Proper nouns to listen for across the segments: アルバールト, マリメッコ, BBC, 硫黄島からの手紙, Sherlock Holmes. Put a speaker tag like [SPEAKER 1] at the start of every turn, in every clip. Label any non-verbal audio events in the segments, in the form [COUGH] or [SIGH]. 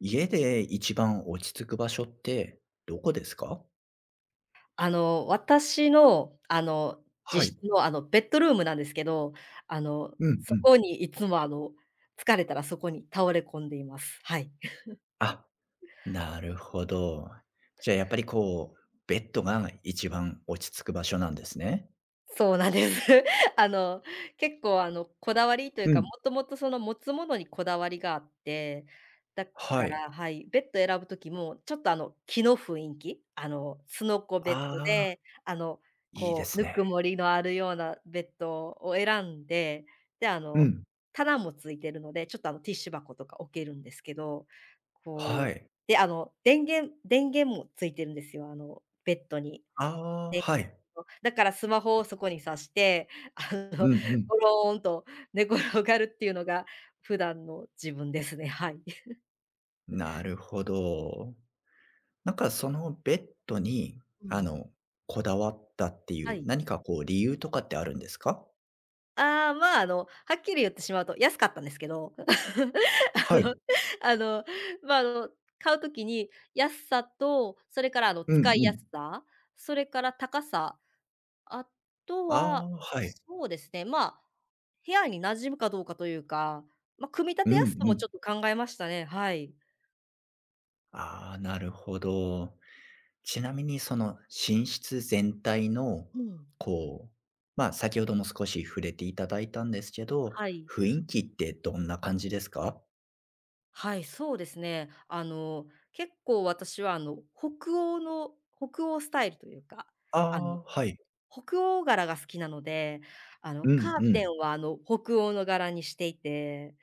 [SPEAKER 1] 家で一番落ち着く場所ってどこですか？
[SPEAKER 2] 私の、
[SPEAKER 1] は
[SPEAKER 2] 自
[SPEAKER 1] い。
[SPEAKER 2] 室の、ベッドルームなんですけど、
[SPEAKER 1] うんう
[SPEAKER 2] そ
[SPEAKER 1] ん。
[SPEAKER 2] こにいつも、疲れたらそこに倒れ込んでいます。はい。
[SPEAKER 1] あ、なるほど。じゃあ、やっぱりこう、ベッドが一番落ち着く場所なんですね。
[SPEAKER 2] そうなんです。[LAUGHS] あの、結構、こだわりとい
[SPEAKER 1] う
[SPEAKER 2] うか、も
[SPEAKER 1] ん。
[SPEAKER 2] ともとその持つものにこだわりがあって、だ
[SPEAKER 1] は
[SPEAKER 2] か
[SPEAKER 1] い。
[SPEAKER 2] らはい、ベッド選ぶときも、ちょっと、木の雰囲気、すのこベッド
[SPEAKER 1] ああ、
[SPEAKER 2] で、
[SPEAKER 1] いいで
[SPEAKER 2] こう、
[SPEAKER 1] す
[SPEAKER 2] ぬ
[SPEAKER 1] ね。
[SPEAKER 2] くもりのあるようなベッドを選んで、で、
[SPEAKER 1] うん。
[SPEAKER 2] 棚もついてるので、ちょっと、ティッシュ箱とか置けるんですけど、こ
[SPEAKER 1] は
[SPEAKER 2] う、
[SPEAKER 1] い。
[SPEAKER 2] 電源もついてるんですよ、ベッドに。
[SPEAKER 1] ああ、はい。
[SPEAKER 2] だからスマホをそこに挿して、あ
[SPEAKER 1] う
[SPEAKER 2] の、
[SPEAKER 1] んうん。
[SPEAKER 2] ゴローンと寝転がるっていうのが普段の自分ですね、はい。[LAUGHS]
[SPEAKER 1] なるほど。なんかそのベッドに、
[SPEAKER 2] う
[SPEAKER 1] あ
[SPEAKER 2] ん。
[SPEAKER 1] の、こだわったって
[SPEAKER 2] は
[SPEAKER 1] いう、
[SPEAKER 2] い。
[SPEAKER 1] 何かこう理由とかってあるんですか？
[SPEAKER 2] ああ、まあ、はっきり言ってしまうと安かったんですけど、[LAUGHS]
[SPEAKER 1] はい。
[SPEAKER 2] あのあの、ま、あの、買う時に安さと、それから
[SPEAKER 1] うん
[SPEAKER 2] 使い
[SPEAKER 1] う
[SPEAKER 2] や
[SPEAKER 1] ん。
[SPEAKER 2] すさ、それから高さ、あとは、
[SPEAKER 1] ああ、はい。
[SPEAKER 2] そうですね、まあ、部屋に馴染むかどうかというか、ま、組み立
[SPEAKER 1] うん
[SPEAKER 2] てやすさ
[SPEAKER 1] う
[SPEAKER 2] も
[SPEAKER 1] ん。
[SPEAKER 2] ちょっと考えましたね、はい。
[SPEAKER 1] ああ、なるほど。ちなみにその寝室全体の、
[SPEAKER 2] うん。
[SPEAKER 1] こう、まあ、先ほども少し触れていただいたんですけど、
[SPEAKER 2] はい。
[SPEAKER 1] 雰囲気ってどんな感じですか？
[SPEAKER 2] はい、そうですね。結構私は、北欧スタイルというか、あの、
[SPEAKER 1] ああ、はい。
[SPEAKER 2] 北欧柄が好きなので、
[SPEAKER 1] うん
[SPEAKER 2] カー
[SPEAKER 1] う
[SPEAKER 2] テ
[SPEAKER 1] ん。
[SPEAKER 2] ンは、北欧の柄にしていて、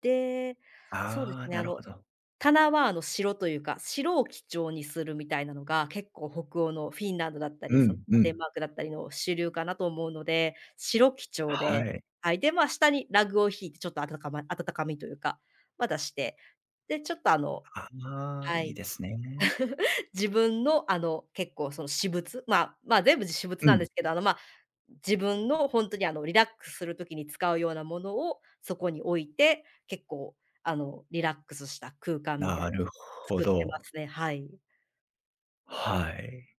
[SPEAKER 2] で、そうで
[SPEAKER 1] ああ、
[SPEAKER 2] すね、
[SPEAKER 1] なるほど。
[SPEAKER 2] 棚はあの白というか、白を基調にするみたいなのが、結構北欧のフィンランドだった
[SPEAKER 1] う
[SPEAKER 2] り、その
[SPEAKER 1] んう
[SPEAKER 2] デン
[SPEAKER 1] ん。
[SPEAKER 2] マークだったりの主流かなと思うので、白基調
[SPEAKER 1] は
[SPEAKER 2] で、
[SPEAKER 1] い。
[SPEAKER 2] はい、で、まあ、下にラグを引いてちょっとあかま温かみというか、ま、出して、で、ちょっと
[SPEAKER 1] ああ、
[SPEAKER 2] は
[SPEAKER 1] いい
[SPEAKER 2] い、
[SPEAKER 1] ですね。
[SPEAKER 2] [LAUGHS] 自分の結構その私物、全部私物
[SPEAKER 1] う
[SPEAKER 2] なん
[SPEAKER 1] ん、
[SPEAKER 2] ですけど、ま、自分の本当に、リラックスするときに使うようなものをそこに置いて、結構、リラックスした空間みた
[SPEAKER 1] な
[SPEAKER 2] いなの
[SPEAKER 1] る
[SPEAKER 2] を
[SPEAKER 1] ほ
[SPEAKER 2] 作ってま
[SPEAKER 1] ど。
[SPEAKER 2] すね。はい。
[SPEAKER 1] はい。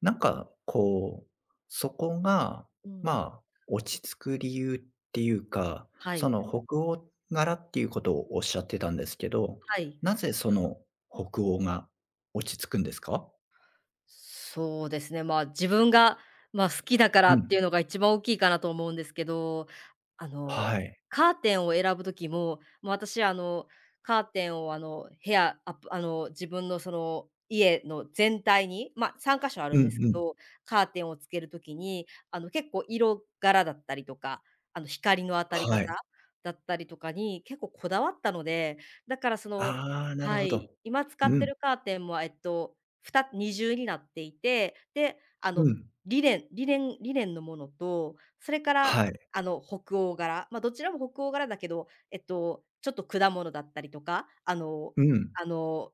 [SPEAKER 1] なんか、こう、そこが、
[SPEAKER 2] うん。
[SPEAKER 1] まあ、落ち着く理由っていうか、
[SPEAKER 2] は
[SPEAKER 1] そ
[SPEAKER 2] い。
[SPEAKER 1] の北欧柄っていうことをおっしゃってたんですけど、
[SPEAKER 2] はい。
[SPEAKER 1] なぜその北欧が落ち着くんですか？
[SPEAKER 2] そうですね、まあ、自分が、まあ、好きだから
[SPEAKER 1] う
[SPEAKER 2] っ
[SPEAKER 1] ん。
[SPEAKER 2] ていうのが一番大きいかなと思うんですけど、あの、
[SPEAKER 1] はい。
[SPEAKER 2] カーテンを選ぶときも、もう私、カーテンを、部屋、ああの、自分のその家の全体に、まあ、3箇所あ
[SPEAKER 1] う
[SPEAKER 2] るんです
[SPEAKER 1] ん
[SPEAKER 2] け
[SPEAKER 1] うん。
[SPEAKER 2] ど、カーテンをつけるときに、結構色柄だったりとか、光の当たり
[SPEAKER 1] は
[SPEAKER 2] 方
[SPEAKER 1] い。
[SPEAKER 2] だったりとかに結構こだわったので、だからその
[SPEAKER 1] ああ、なる
[SPEAKER 2] は
[SPEAKER 1] ほ
[SPEAKER 2] い、
[SPEAKER 1] ど。
[SPEAKER 2] 今使っ
[SPEAKER 1] う
[SPEAKER 2] て
[SPEAKER 1] ん、
[SPEAKER 2] るカーテンも、二重になっていて、で、
[SPEAKER 1] うん。
[SPEAKER 2] リネンのものと、それから、
[SPEAKER 1] はい。
[SPEAKER 2] 北欧柄、まあ、どちらも北欧柄だけど、えっと、ちょっと果物だったりとか、
[SPEAKER 1] うん。
[SPEAKER 2] あの、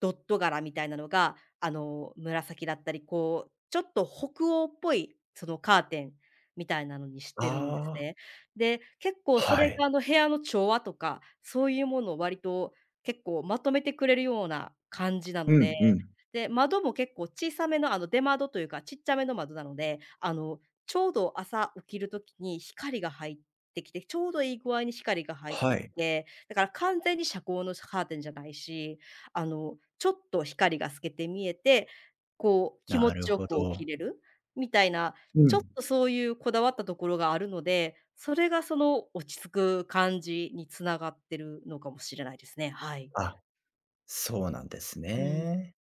[SPEAKER 2] ドット柄みたいなのが、紫だったり、こう、ちょっと北欧っぽい、そのカーテンみたいなのにしてるんです
[SPEAKER 1] あ
[SPEAKER 2] ね。で、結構
[SPEAKER 1] あ、
[SPEAKER 2] そ
[SPEAKER 1] は
[SPEAKER 2] れ
[SPEAKER 1] い。
[SPEAKER 2] が、部屋の調和とか、そういうものを割と結構まとめてくれるような感じな
[SPEAKER 1] う
[SPEAKER 2] ので、
[SPEAKER 1] んうん。
[SPEAKER 2] で、窓も結構小さめの、出窓というか、ちっちゃめの窓なので、ちょうど朝起きるときに光が入ってきて、ちょうどいい具合に光が入って
[SPEAKER 1] は
[SPEAKER 2] き
[SPEAKER 1] い。
[SPEAKER 2] て、だから完全に遮光のカーテンじゃないし、ちょっと光が透けて見えて、こう、気
[SPEAKER 1] な
[SPEAKER 2] 持
[SPEAKER 1] る
[SPEAKER 2] ちよ
[SPEAKER 1] ほ
[SPEAKER 2] く起き
[SPEAKER 1] ど。
[SPEAKER 2] れるみたいな、
[SPEAKER 1] う
[SPEAKER 2] ちょっ
[SPEAKER 1] ん。
[SPEAKER 2] とそういうこだわったところがあるので、それがその落ち着く感じに繋がってるのかもしれないですね。はい。
[SPEAKER 1] あ、そうなんです
[SPEAKER 2] うん。
[SPEAKER 1] ね。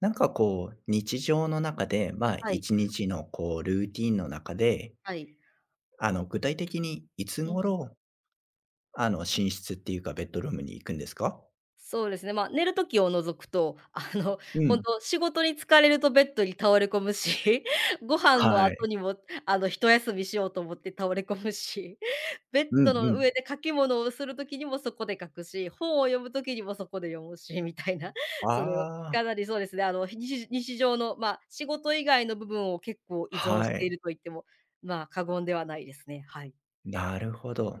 [SPEAKER 1] なんかこう、日常の中で、まあ、
[SPEAKER 2] はい、
[SPEAKER 1] 1日のこう、ルーティンの中で、
[SPEAKER 2] はい。
[SPEAKER 1] 具体的にいつ
[SPEAKER 2] うん。
[SPEAKER 1] 頃、寝室っていうかベッドルームに行くんですか？
[SPEAKER 2] そうですね、まあ、寝るときを除くと、
[SPEAKER 1] う
[SPEAKER 2] [LAUGHS] 本
[SPEAKER 1] ん。
[SPEAKER 2] 当仕事に疲れるとベッドに倒れ込むし、[LAUGHS] ご飯の
[SPEAKER 1] はい。
[SPEAKER 2] 後にも、一休みしようと思って倒れ込むし、[LAUGHS] ベッ
[SPEAKER 1] うん
[SPEAKER 2] ドの
[SPEAKER 1] うん。
[SPEAKER 2] 上で書き物をするときにもそこで書くし、本を読むときにもそこで読むし、みたいな、[LAUGHS] その、
[SPEAKER 1] ああ、
[SPEAKER 2] かなりそうですね、日常の、まあ、仕事以外の部分を結構依存
[SPEAKER 1] は
[SPEAKER 2] している
[SPEAKER 1] い。
[SPEAKER 2] と言っても、まあ、過言ではないですね。はい。
[SPEAKER 1] なるほど。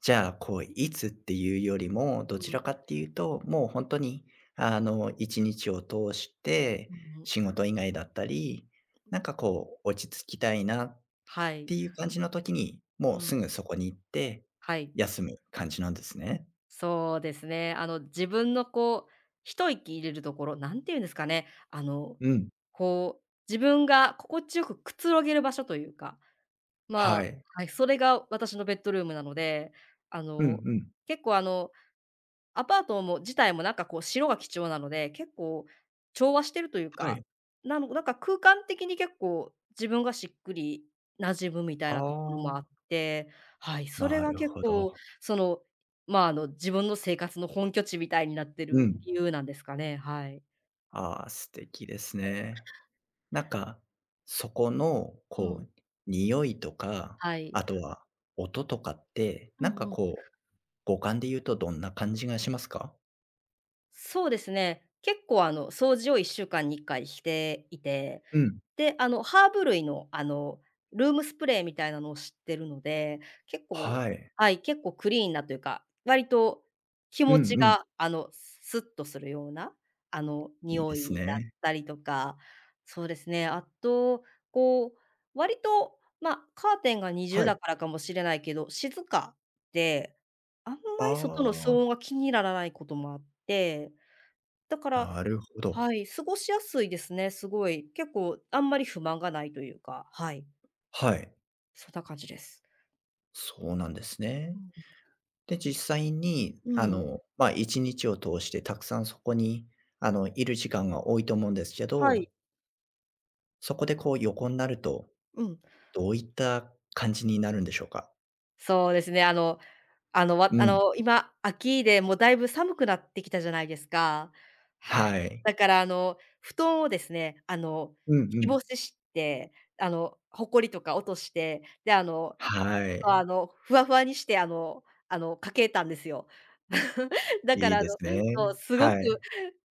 [SPEAKER 1] じゃあ、こう、いつっていうよりも、どち
[SPEAKER 2] うん。
[SPEAKER 1] らかっていうと、もう本当に、1日を通して、
[SPEAKER 2] うん。
[SPEAKER 1] 仕事以外だったり、なんかこう、落ち着きたいなっ
[SPEAKER 2] は
[SPEAKER 1] て
[SPEAKER 2] い。
[SPEAKER 1] いう感じの時に、
[SPEAKER 2] う
[SPEAKER 1] もう
[SPEAKER 2] ん。
[SPEAKER 1] すぐそこに行って、
[SPEAKER 2] はい。
[SPEAKER 1] 休む感じなんですね。
[SPEAKER 2] そうですね。自分のこう、一息入れるところ、なんて言うんですかね、
[SPEAKER 1] うん、
[SPEAKER 2] こう、自分が心地よくくつろげる場所というか、
[SPEAKER 1] は
[SPEAKER 2] まあ、
[SPEAKER 1] い。
[SPEAKER 2] はい、それが私のベッドルームなので、あ
[SPEAKER 1] うん
[SPEAKER 2] の、
[SPEAKER 1] うん。
[SPEAKER 2] 結構あのアパートも自体もなんかこう白が基調なので、結構調和してるという
[SPEAKER 1] はい。
[SPEAKER 2] か、なのなんか空間的に結構自分がしっくり馴染むみたい
[SPEAKER 1] あ
[SPEAKER 2] なところもあっ
[SPEAKER 1] あ、
[SPEAKER 2] て、はい、それ
[SPEAKER 1] な
[SPEAKER 2] が
[SPEAKER 1] る
[SPEAKER 2] 結
[SPEAKER 1] ほ
[SPEAKER 2] 構
[SPEAKER 1] ど。
[SPEAKER 2] その、まあ、あの自分の生活の本拠地みたいになって
[SPEAKER 1] う
[SPEAKER 2] る
[SPEAKER 1] ん。
[SPEAKER 2] 理由なんですかね、はい。
[SPEAKER 1] ああ、素敵ですね。なんか、そこの、
[SPEAKER 2] う
[SPEAKER 1] こ
[SPEAKER 2] ん、
[SPEAKER 1] う、匂いとか、
[SPEAKER 2] はい。
[SPEAKER 1] あとは音とかって、
[SPEAKER 2] う
[SPEAKER 1] なんか
[SPEAKER 2] んうん。
[SPEAKER 1] こう、五感で言うとどんな感じがしますか？
[SPEAKER 2] そうですね、結構掃除を1週間に1回していて、
[SPEAKER 1] うん。
[SPEAKER 2] で、ハーブ類の、ルームスプレーみたいなのを知ってるので、結構
[SPEAKER 1] はい。
[SPEAKER 2] はい、結構クリーンなというか、割と気
[SPEAKER 1] うん
[SPEAKER 2] 持ち
[SPEAKER 1] うん。
[SPEAKER 2] が、スッとするような、
[SPEAKER 1] いいで
[SPEAKER 2] 匂
[SPEAKER 1] す
[SPEAKER 2] いだっ
[SPEAKER 1] ね。
[SPEAKER 2] たりとか、そうですね、あと、こう、割と、カーテンが二重
[SPEAKER 1] は
[SPEAKER 2] だ
[SPEAKER 1] い。
[SPEAKER 2] からかもしれないけど、静かで、あん
[SPEAKER 1] あ
[SPEAKER 2] まり外の騒
[SPEAKER 1] あ。
[SPEAKER 2] 音が気にならないこともあって、だから
[SPEAKER 1] なるほど。
[SPEAKER 2] はい、過ごしやすいですね、すごい。結構あんまり不満がないというか、はい、
[SPEAKER 1] はい。
[SPEAKER 2] そんな感じです。
[SPEAKER 1] そうなんですね。
[SPEAKER 2] う
[SPEAKER 1] で、実際に、
[SPEAKER 2] ん、うん、
[SPEAKER 1] まあ、1日を通してたくさんそこに、いる時間が多いと思うんですけ
[SPEAKER 2] はい、
[SPEAKER 1] ど、そこでこう横になると、
[SPEAKER 2] うん。
[SPEAKER 1] どういった感じになるんでしょうか？
[SPEAKER 2] そうですね、あのあの、わ
[SPEAKER 1] う
[SPEAKER 2] あ
[SPEAKER 1] ん、
[SPEAKER 2] の、今、秋でもうだいぶ寒くなってきたじゃないですか。はい。
[SPEAKER 1] はい。
[SPEAKER 2] だから布団をですね、
[SPEAKER 1] うんう
[SPEAKER 2] 日
[SPEAKER 1] ん。
[SPEAKER 2] 干しして、ほこりとか落として、で、
[SPEAKER 1] はい。
[SPEAKER 2] ふわふわにして、かけたんですよ。[LAUGHS] だか
[SPEAKER 1] いい
[SPEAKER 2] ら
[SPEAKER 1] です
[SPEAKER 2] そ
[SPEAKER 1] ね。
[SPEAKER 2] う、すごく
[SPEAKER 1] はい。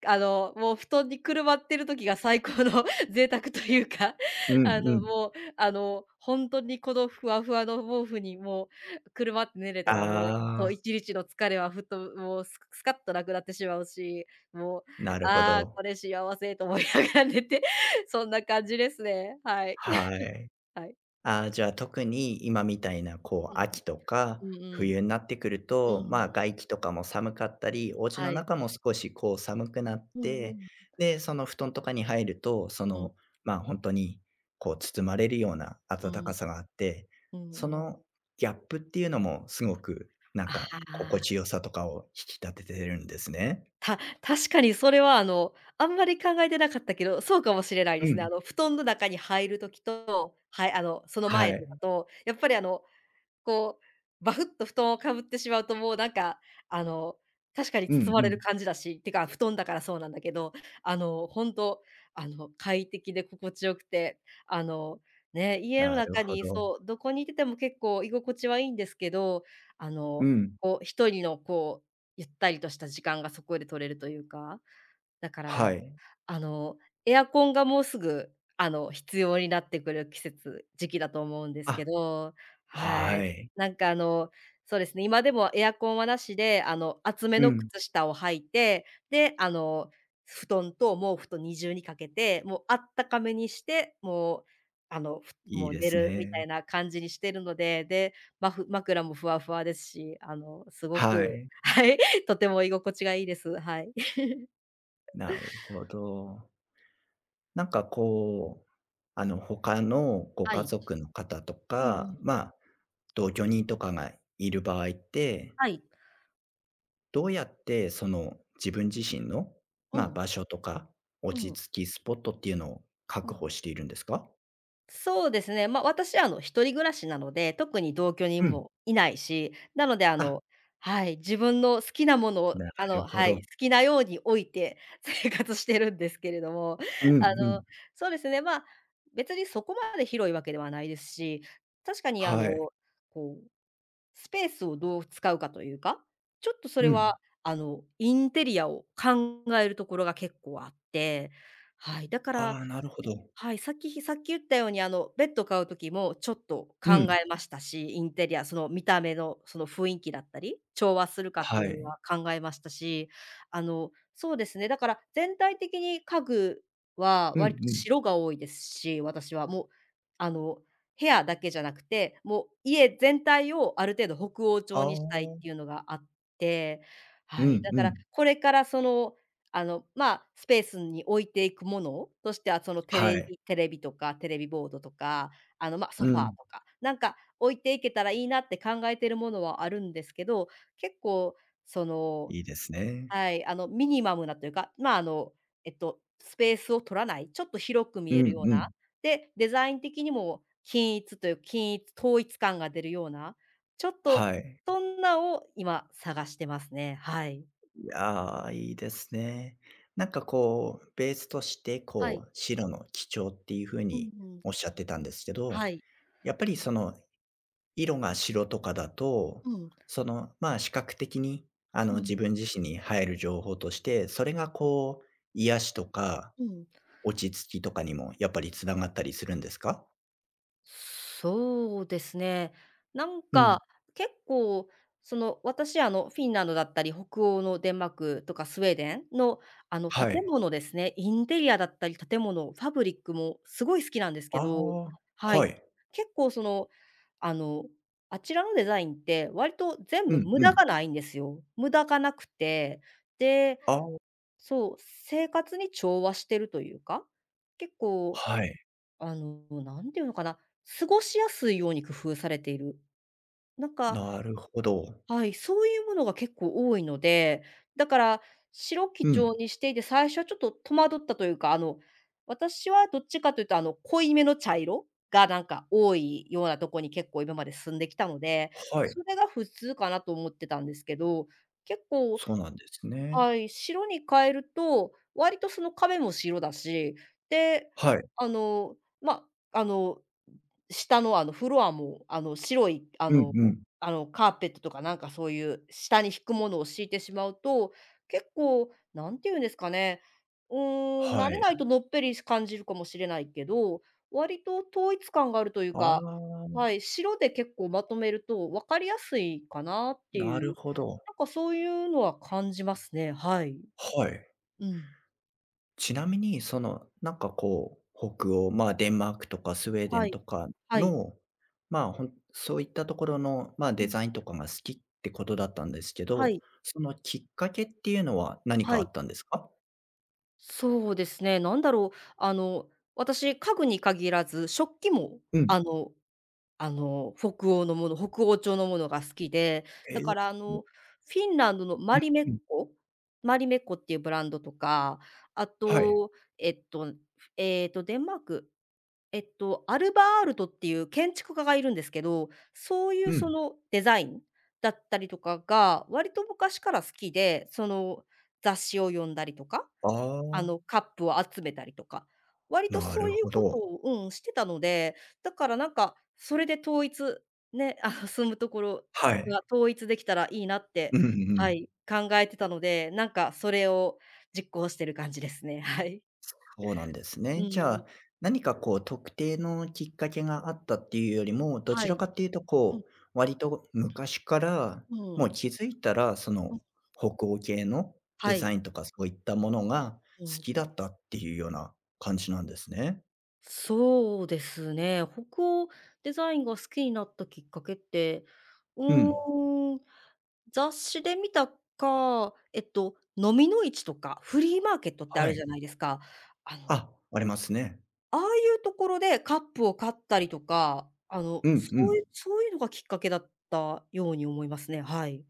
[SPEAKER 2] もう布団にくるまってる時が最高の [LAUGHS] 贅沢というか、
[SPEAKER 1] うんうん。
[SPEAKER 2] もう、本当にこのふわふわの毛布にくるまって寝れたら、もう、そう、
[SPEAKER 1] ああ、
[SPEAKER 2] 一日の疲れはふっともうススカッとなくなってしまうし、もう、
[SPEAKER 1] なるほ
[SPEAKER 2] ああ、
[SPEAKER 1] ど。
[SPEAKER 2] これ幸せと思いながら寝て、[LAUGHS] そんな感じですね。はい。
[SPEAKER 1] はい。
[SPEAKER 2] [LAUGHS] はい。
[SPEAKER 1] ああ、じゃあ特に今みたいな、こ
[SPEAKER 2] う
[SPEAKER 1] う、
[SPEAKER 2] ん、
[SPEAKER 1] 秋とか
[SPEAKER 2] うんうん。
[SPEAKER 1] 冬になってくる
[SPEAKER 2] うん
[SPEAKER 1] と、
[SPEAKER 2] うん。
[SPEAKER 1] まあ、外気とかも寒かったり、お家の
[SPEAKER 2] はい。
[SPEAKER 1] 中も少しこう寒くなっ
[SPEAKER 2] うんう
[SPEAKER 1] て、
[SPEAKER 2] ん。
[SPEAKER 1] で、その布団とかに入ると、そ
[SPEAKER 2] うん、
[SPEAKER 1] の、まあ、本当にこう包まれるような
[SPEAKER 2] う
[SPEAKER 1] 暖か
[SPEAKER 2] ん、
[SPEAKER 1] さがあって、
[SPEAKER 2] うん
[SPEAKER 1] そ
[SPEAKER 2] うん。
[SPEAKER 1] のギャップっていうのもすごく、なん
[SPEAKER 2] あ
[SPEAKER 1] か、心地
[SPEAKER 2] あ。
[SPEAKER 1] よさとかを引き立ててるんですね。
[SPEAKER 2] た [LAUGHS] 確かにそれは、あんまり考えてなかったけど、そうかもしれない
[SPEAKER 1] う
[SPEAKER 2] ですね。
[SPEAKER 1] ん。
[SPEAKER 2] 布団の中に入る時と、はい、その
[SPEAKER 1] は
[SPEAKER 2] 前とか
[SPEAKER 1] い。
[SPEAKER 2] と、やっぱりこう、バフッと布団をかぶってしまうと、もうなんか、あの、確かに
[SPEAKER 1] うん
[SPEAKER 2] 包ま
[SPEAKER 1] う
[SPEAKER 2] れる
[SPEAKER 1] ん。
[SPEAKER 2] 感じだし、てか、布団だからそうなんだけど、ほんと、快適で心地よくて、あの、ね、家の
[SPEAKER 1] なる
[SPEAKER 2] 中
[SPEAKER 1] ほ
[SPEAKER 2] に
[SPEAKER 1] ど。
[SPEAKER 2] そう、どこにいてても結構居心地はいいんですけど、あ
[SPEAKER 1] う
[SPEAKER 2] の、
[SPEAKER 1] ん。
[SPEAKER 2] こう、1人のこう、ゆったりとした時間がそこで取れるというか、だから
[SPEAKER 1] はい。
[SPEAKER 2] あの、エアコンがもうすぐ、必要になってくる時期だと思うんです
[SPEAKER 1] あ、
[SPEAKER 2] けど、は
[SPEAKER 1] は
[SPEAKER 2] い。
[SPEAKER 1] い。
[SPEAKER 2] なんかあの、そうですね、今でもエアコンはなしで、厚め
[SPEAKER 1] う
[SPEAKER 2] の
[SPEAKER 1] ん。
[SPEAKER 2] 靴下を履いて、で、布団と毛布と二重にかけて、もうあったかめにして、もう、あの、ふ
[SPEAKER 1] いい
[SPEAKER 2] もう
[SPEAKER 1] で
[SPEAKER 2] 寝
[SPEAKER 1] す
[SPEAKER 2] るみ
[SPEAKER 1] ね。
[SPEAKER 2] たいな感じにしてるので、で、枕もふわふわですし、すごく
[SPEAKER 1] はい。
[SPEAKER 2] はい、とても居心地がいいです。はい。
[SPEAKER 1] なるほど。なんかこう、他のご
[SPEAKER 2] は
[SPEAKER 1] 家
[SPEAKER 2] い。
[SPEAKER 1] 族の方と
[SPEAKER 2] うんう
[SPEAKER 1] か、
[SPEAKER 2] ん。
[SPEAKER 1] まあ、同居人とかがいる場合って、
[SPEAKER 2] はい。
[SPEAKER 1] どうやってその自分自身の、
[SPEAKER 2] う
[SPEAKER 1] まあ、
[SPEAKER 2] ん、
[SPEAKER 1] 場所とか、
[SPEAKER 2] う
[SPEAKER 1] 落ち
[SPEAKER 2] ん、
[SPEAKER 1] 着きスポットっていうのを
[SPEAKER 2] う
[SPEAKER 1] 確
[SPEAKER 2] ん。
[SPEAKER 1] 保しているんですか？
[SPEAKER 2] そうですね、まあ、私、一人暮らしなので、特に同居
[SPEAKER 1] う
[SPEAKER 2] 人
[SPEAKER 1] ん。
[SPEAKER 2] もいないし、なので、
[SPEAKER 1] あ、
[SPEAKER 2] はい、自分の好きなものを、
[SPEAKER 1] なるほ
[SPEAKER 2] はい、
[SPEAKER 1] ど。
[SPEAKER 2] 好きなように置いて [LAUGHS] 生活してるんですけれども、
[SPEAKER 1] うん
[SPEAKER 2] あ
[SPEAKER 1] う
[SPEAKER 2] の、
[SPEAKER 1] ん。
[SPEAKER 2] そうですね、ま、別にそこまで広いわけではないですし、確かに、
[SPEAKER 1] はい。
[SPEAKER 2] こう、スペースをどう使うかというか、ちょっとそ
[SPEAKER 1] う
[SPEAKER 2] れは、
[SPEAKER 1] ん。
[SPEAKER 2] インテリアを考えるところが結構あって、はい、だか
[SPEAKER 1] あ
[SPEAKER 2] ら
[SPEAKER 1] あ、なるほど。
[SPEAKER 2] はい、さっき言ったように、ベッド買う時もちょっと
[SPEAKER 1] う
[SPEAKER 2] 考
[SPEAKER 1] ん。
[SPEAKER 2] えましたし、インテリア、その見た目のその雰囲気だったり、調和するかって
[SPEAKER 1] は
[SPEAKER 2] いうの
[SPEAKER 1] い。
[SPEAKER 2] は考えましたし、そうですね、だから全体的に家具は
[SPEAKER 1] うんう
[SPEAKER 2] 割と
[SPEAKER 1] ん。
[SPEAKER 2] 白が多いですし、私はもう、あの、部屋だけじゃなくて、もう家全体をある程度北欧
[SPEAKER 1] あ
[SPEAKER 2] 調にしたいってい
[SPEAKER 1] あ。
[SPEAKER 2] うのがあって、
[SPEAKER 1] う
[SPEAKER 2] はい、
[SPEAKER 1] ん
[SPEAKER 2] だ
[SPEAKER 1] う
[SPEAKER 2] から
[SPEAKER 1] ん。
[SPEAKER 2] これからそのまあ、スペースに置いていくものとしては、そのテ
[SPEAKER 1] は
[SPEAKER 2] レ
[SPEAKER 1] い。
[SPEAKER 2] ビテレビとか、テレビボードとか、まあ、ソ
[SPEAKER 1] う
[SPEAKER 2] ファー
[SPEAKER 1] ん。
[SPEAKER 2] とか、なんか置いていけたらいいなって考えてるものはあるんですけど、結構その、
[SPEAKER 1] いいですね。
[SPEAKER 2] はい、ミニマムなというか、まあ、スペースを取らない、ちょっと広く
[SPEAKER 1] う
[SPEAKER 2] 見
[SPEAKER 1] ん
[SPEAKER 2] えるよう
[SPEAKER 1] う
[SPEAKER 2] な、
[SPEAKER 1] ん。
[SPEAKER 2] で、デザイン的にも均一という均一統一感が出るような、ちょっと
[SPEAKER 1] はい。
[SPEAKER 2] そんなを今探してますね。はい。
[SPEAKER 1] いやー、いいですね。なんかこう、ベースとして、
[SPEAKER 2] は
[SPEAKER 1] こ
[SPEAKER 2] い。
[SPEAKER 1] う、白の基調っていう風
[SPEAKER 2] うん
[SPEAKER 1] に
[SPEAKER 2] うん。
[SPEAKER 1] おっしゃってたんですけど、
[SPEAKER 2] はい。
[SPEAKER 1] やっぱりその、色が白とかだと、
[SPEAKER 2] うん。
[SPEAKER 1] その、まあ、視覚的に、
[SPEAKER 2] うん、
[SPEAKER 1] 自分自身に入る情報として、それがこう、癒しとか
[SPEAKER 2] うん。
[SPEAKER 1] 落ち着きとかにもやっぱりつながったりするんですか？
[SPEAKER 2] そうですね。なん
[SPEAKER 1] うん。
[SPEAKER 2] か、結構、その、私、フィンランドだったり、北欧のデンマークとかスウェーデンの、建
[SPEAKER 1] はい。
[SPEAKER 2] 物ですね、インテリアだったり、建物、ファブリックもすごい好きなんです
[SPEAKER 1] あ
[SPEAKER 2] けど、
[SPEAKER 1] あ、
[SPEAKER 2] は
[SPEAKER 1] は
[SPEAKER 2] い。
[SPEAKER 1] い。
[SPEAKER 2] 結構、その、あの、あちらのデザインって割と全
[SPEAKER 1] う
[SPEAKER 2] 部
[SPEAKER 1] ん
[SPEAKER 2] 無
[SPEAKER 1] う
[SPEAKER 2] 駄
[SPEAKER 1] ん。
[SPEAKER 2] がないんですよ。無駄がなくて、で、
[SPEAKER 1] ああ、
[SPEAKER 2] そう、生活に調和してるというか、結構
[SPEAKER 1] はい。
[SPEAKER 2] あの、なんていうのかな、過ごしやすいように工夫されている。なんか、
[SPEAKER 1] なるほど。
[SPEAKER 2] はい、そういうものが結構多いので、だから白基
[SPEAKER 1] う
[SPEAKER 2] 調
[SPEAKER 1] ん。
[SPEAKER 2] にしていて、最初はちょっと戸惑ったというか、私はどっちかというと、濃いめの茶色がなんか多いようなとこに結構今まで住んできたので、
[SPEAKER 1] はい。
[SPEAKER 2] それが普通かなと思ってたんですけど、結構、
[SPEAKER 1] そうなんですね。
[SPEAKER 2] はい、白に変えると、割とその壁も白だし、で、
[SPEAKER 1] はい。
[SPEAKER 2] あの、まあ、あの下のフロアも、あの白い
[SPEAKER 1] うんうん。
[SPEAKER 2] カーペットとかなんかそういう下に引くものを敷いてしまうと、結構なんていうんですかね、うーん、慣
[SPEAKER 1] は
[SPEAKER 2] れないと
[SPEAKER 1] い。
[SPEAKER 2] のっぺり感じるかもしれないけど、割と統一感があるという
[SPEAKER 1] あ
[SPEAKER 2] か、は
[SPEAKER 1] あ、
[SPEAKER 2] い、白で結構まとめると分かりやすいかなって
[SPEAKER 1] な
[SPEAKER 2] い
[SPEAKER 1] る
[SPEAKER 2] う、
[SPEAKER 1] ほど。
[SPEAKER 2] なんかそういうのは感じますね。はい。
[SPEAKER 1] はい。
[SPEAKER 2] うん。
[SPEAKER 1] ちなみに、その、なんかこう、北欧、まあ、デンマークとかスウェーデ
[SPEAKER 2] は
[SPEAKER 1] ン
[SPEAKER 2] い。
[SPEAKER 1] とか
[SPEAKER 2] はい。
[SPEAKER 1] の、まあ、ほんそういったところの、まあ、
[SPEAKER 2] う
[SPEAKER 1] デ
[SPEAKER 2] ん。
[SPEAKER 1] ザインとかが好きってことだったんですけ
[SPEAKER 2] は
[SPEAKER 1] ど、
[SPEAKER 2] い。
[SPEAKER 1] そのきっかけっていうのは何か
[SPEAKER 2] は
[SPEAKER 1] あ
[SPEAKER 2] い。
[SPEAKER 1] ったんですか？
[SPEAKER 2] そうですね、なんだろう、私、家具に限らず、食器も、
[SPEAKER 1] うん。
[SPEAKER 2] あの北欧調のものが好きで、
[SPEAKER 1] え
[SPEAKER 2] だ
[SPEAKER 1] え。
[SPEAKER 2] からあ
[SPEAKER 1] う
[SPEAKER 2] の、フィンランドのマ
[SPEAKER 1] ん
[SPEAKER 2] リメッ
[SPEAKER 1] うん。
[SPEAKER 2] コマリメッコっていうブランドとか、あ
[SPEAKER 1] はい。
[SPEAKER 2] と、えっと、デンマーク、アルバールトっていう建築家がいるんですけど、そうい
[SPEAKER 1] う
[SPEAKER 2] うそ
[SPEAKER 1] ん。
[SPEAKER 2] のデザインだったりとかが、割と昔から好きで、その雑誌を読んだりとか
[SPEAKER 1] あ
[SPEAKER 2] あの、
[SPEAKER 1] あ、
[SPEAKER 2] カップを集めたりとか、割と
[SPEAKER 1] な
[SPEAKER 2] そ
[SPEAKER 1] る
[SPEAKER 2] ういう
[SPEAKER 1] ほ
[SPEAKER 2] こと
[SPEAKER 1] ど。
[SPEAKER 2] をうん、してたので、だからなんか、それで統一、ね、住むところ
[SPEAKER 1] はい。
[SPEAKER 2] が統一できたらいいなっ
[SPEAKER 1] う
[SPEAKER 2] て、
[SPEAKER 1] んう
[SPEAKER 2] は
[SPEAKER 1] ん。
[SPEAKER 2] い、考えてたので、なんかそれを実行してる感じですね。[LAUGHS] はい。
[SPEAKER 1] そうなんです
[SPEAKER 2] う
[SPEAKER 1] ね。じゃ
[SPEAKER 2] ん、
[SPEAKER 1] あ、何かこう特定のきっかけがあったっていうよりも、どち
[SPEAKER 2] は
[SPEAKER 1] ら
[SPEAKER 2] い。
[SPEAKER 1] かっていうと
[SPEAKER 2] うん、
[SPEAKER 1] こう、割と昔から、
[SPEAKER 2] う
[SPEAKER 1] もう
[SPEAKER 2] ん、
[SPEAKER 1] 気づいたら、そ
[SPEAKER 2] う
[SPEAKER 1] の
[SPEAKER 2] ん、
[SPEAKER 1] 北欧系のデ
[SPEAKER 2] は
[SPEAKER 1] ザ
[SPEAKER 2] い。
[SPEAKER 1] インとかそういったものが
[SPEAKER 2] う
[SPEAKER 1] 好
[SPEAKER 2] ん。
[SPEAKER 1] きだったっていうような感じなんですね。
[SPEAKER 2] そうですね。北欧デザインが好きになったきっかけって、う
[SPEAKER 1] うん。
[SPEAKER 2] ーん、雑誌で見たか、飲みの市とかフリーマーケットってあ
[SPEAKER 1] は
[SPEAKER 2] る
[SPEAKER 1] い。
[SPEAKER 2] じゃないですか。あの、
[SPEAKER 1] あ、ありますね。
[SPEAKER 2] ああいうところでカップを買ったりとか、
[SPEAKER 1] うんう
[SPEAKER 2] そう
[SPEAKER 1] ん。
[SPEAKER 2] いうそういうのがきっかけだったように思いますね、はい。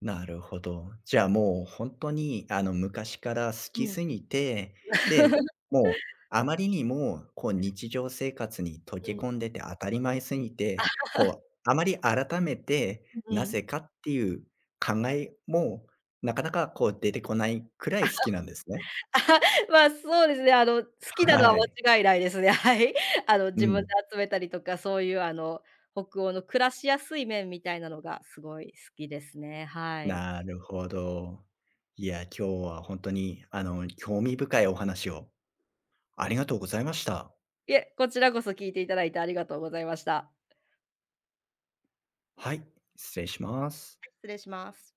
[SPEAKER 1] なるほど。じゃあ、もう本当に、昔から好き
[SPEAKER 2] うん。
[SPEAKER 1] すぎて、で、もうあまりにも、こう、日常生活に溶け込ん
[SPEAKER 2] う
[SPEAKER 1] でて当たり前すぎて、こう、あまり改めて、
[SPEAKER 2] ん、う
[SPEAKER 1] な
[SPEAKER 2] ん。
[SPEAKER 1] ぜかっていう考えも、なかなか、こう、出てこないくらい好きなんですね。
[SPEAKER 2] あ [LAUGHS] まあ、そうですね、好きなのは
[SPEAKER 1] はい。
[SPEAKER 2] 間違いないですね、[LAUGHS] はい。
[SPEAKER 1] う
[SPEAKER 2] 自分で
[SPEAKER 1] ん。
[SPEAKER 2] 集めたりとか、そういうあの、北欧の暮らしやすい面みたいなのがすごい好きですね、はい。
[SPEAKER 1] なるほど。いや、今日は本当に、興味深いお話をありがとうございました。
[SPEAKER 2] いえ、こちらこそ聞いていただいてありがとうございました。
[SPEAKER 1] はい、失礼します。
[SPEAKER 2] 失礼します。